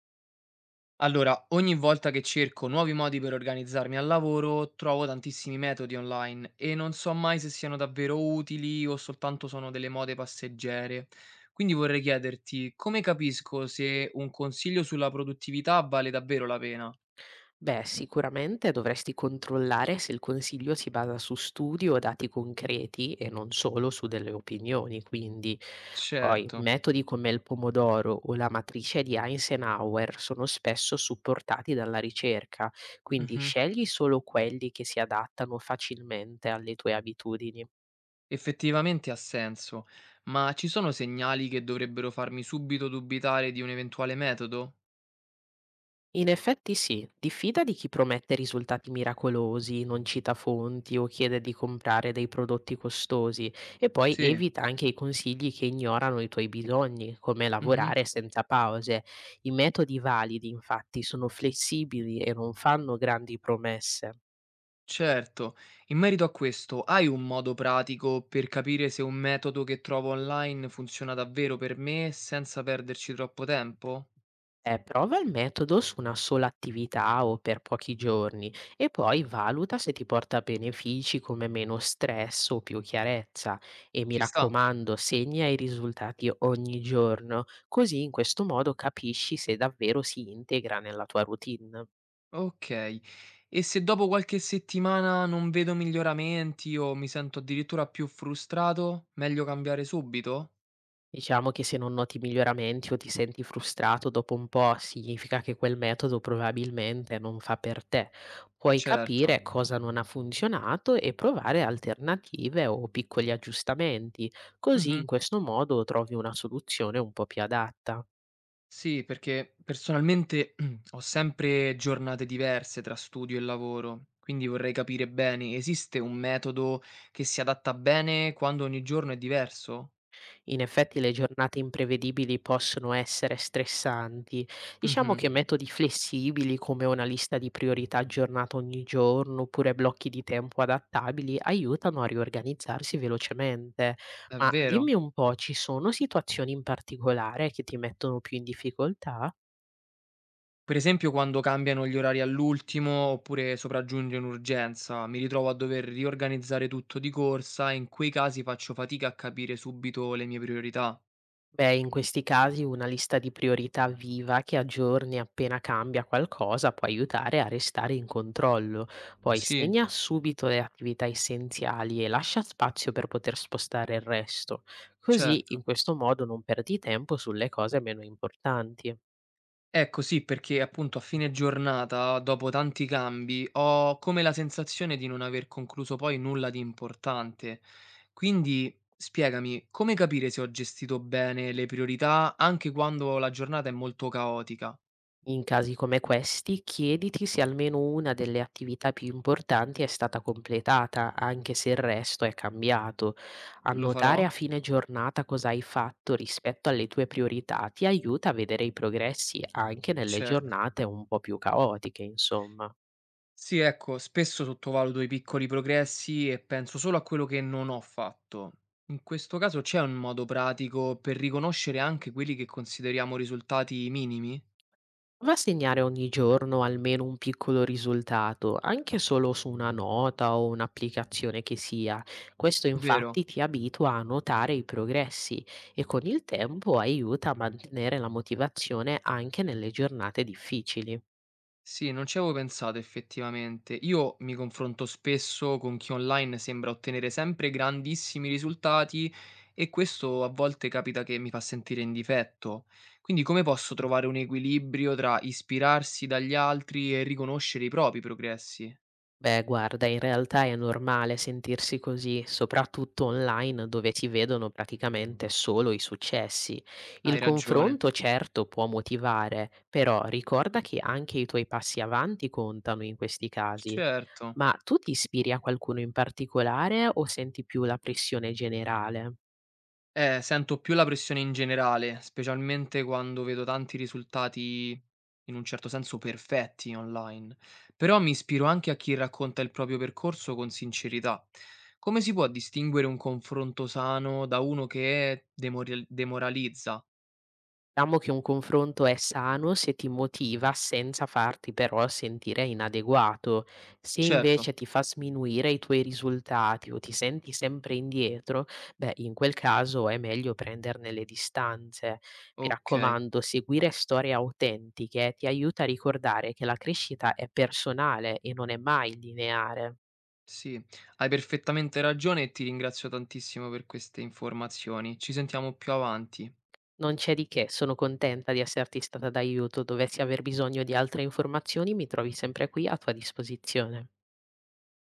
Allora, ogni volta che cerco nuovi modi per organizzarmi al lavoro, trovo tantissimi metodi online e non so mai se siano davvero utili o soltanto sono delle mode passeggere. Quindi vorrei chiederti come capisco se un consiglio sulla produttività vale davvero la pena? Beh, sicuramente dovresti controllare se il consiglio si basa su studi o dati concreti e non solo su delle opinioni, quindi poi Certo. metodi come il pomodoro o la matrice di Eisenhower sono spesso supportati dalla ricerca, quindi Mhm. scegli solo quelli che si adattano facilmente alle tue abitudini. Effettivamente ha senso, ma ci sono segnali che dovrebbero farmi subito dubitare di un eventuale metodo? In effetti sì, diffida di chi promette risultati miracolosi, non cita fonti o chiede di comprare dei prodotti costosi e poi Sì. evita anche i consigli che ignorano i tuoi bisogni, come Mhm. lavorare senza pause. I metodi validi infatti sono flessibili e non fanno grandi promesse. Certo, in merito a questo, hai un modo pratico per capire se un metodo che trovo online funziona davvero per me senza perderci troppo tempo? Prova il metodo su una sola attività o per pochi giorni e poi valuta se ti porta benefici come meno stress o più chiarezza. E mi Ci sta? raccomando, segna i risultati ogni giorno, così in questo modo capisci se davvero si integra nella tua routine. Ok. E se dopo qualche settimana non vedo miglioramenti o mi sento addirittura più frustrato, meglio cambiare subito? Diciamo che se non noti miglioramenti o ti senti frustrato dopo un po', significa che quel metodo probabilmente non fa per te. Puoi Certo. capire cosa non ha funzionato e provare alternative o piccoli aggiustamenti, così Mhm. in questo modo trovi una soluzione un po' più adatta. Sì, perché personalmente ho sempre giornate diverse tra studio e lavoro, quindi vorrei capire bene, esiste un metodo che si adatta bene quando ogni giorno è diverso? In effetti le giornate imprevedibili possono essere stressanti. Diciamo Mhm, che metodi flessibili come una lista di priorità aggiornata ogni giorno oppure blocchi di tempo adattabili aiutano a riorganizzarsi velocemente. è Ma vero. dimmi un po', ci sono situazioni in particolare che ti mettono più in difficoltà? Per esempio quando cambiano gli orari all'ultimo oppure sopraggiunge un'urgenza, mi ritrovo a dover riorganizzare tutto di corsa e in quei casi faccio fatica a capire subito le mie priorità. Beh, in questi casi una lista di priorità viva che aggiorni appena cambia qualcosa può aiutare a restare in controllo. Poi Sì, segna subito le attività essenziali e lascia spazio per poter spostare il resto. Così, in certo. questo modo, non perdi tempo sulle cose meno importanti. Ecco sì, perché appunto a fine giornata, dopo tanti cambi, ho come la sensazione di non aver concluso poi nulla di importante. Quindi spiegami, come capire se ho gestito bene le priorità anche quando la giornata è molto caotica? In casi come questi, chiediti se almeno una delle attività più importanti è stata completata, anche se il resto è cambiato. Lo Annotare farò? a fine giornata cosa hai fatto rispetto alle tue priorità ti aiuta a vedere i progressi anche nelle Certo. giornate un po' più caotiche, insomma. Sì, ecco, spesso sottovaluto i piccoli progressi e penso solo a quello che non ho fatto. In questo caso c'è un modo pratico per riconoscere anche quelli che consideriamo risultati minimi? Prova a segnare ogni giorno almeno un piccolo risultato, anche solo su una nota o un'applicazione che sia. Questo Vero? infatti ti abitua a notare i progressi e con il tempo aiuta a mantenere la motivazione anche nelle giornate difficili. Sì, non ci avevo pensato effettivamente. Io mi confronto spesso con chi online sembra ottenere sempre grandissimi risultati e questo a volte capita che mi fa sentire in difetto. Quindi come posso trovare un equilibrio tra ispirarsi dagli altri e riconoscere i propri progressi? Beh, guarda, in realtà è normale sentirsi così, soprattutto online dove ti vedono praticamente solo i successi. Il Hai ragione. confronto certo può motivare, però ricorda che anche i tuoi passi avanti contano in questi casi. Certo. Ma tu ti ispiri a qualcuno in particolare o senti più la pressione generale? Sento più la pressione in generale, specialmente quando vedo tanti risultati in un certo senso perfetti online. Però mi ispiro anche a chi racconta il proprio percorso con sincerità. Come si può distinguere un confronto sano da uno che demoralizza? Diciamo che un confronto è sano se ti motiva senza farti però sentire inadeguato. Se Certo, invece ti fa sminuire i tuoi risultati o ti senti sempre indietro, beh, in quel caso è meglio prenderne le distanze. Mi ok, raccomando, seguire storie autentiche ti aiuta a ricordare che la crescita è personale e non è mai lineare. sì, hai perfettamente ragione e ti ringrazio tantissimo per queste informazioni. Ci sentiamo più avanti. Non c'è di che, sono contenta di esserti stata d'aiuto. Dovessi aver bisogno di altre informazioni, mi trovi sempre qui a tua disposizione.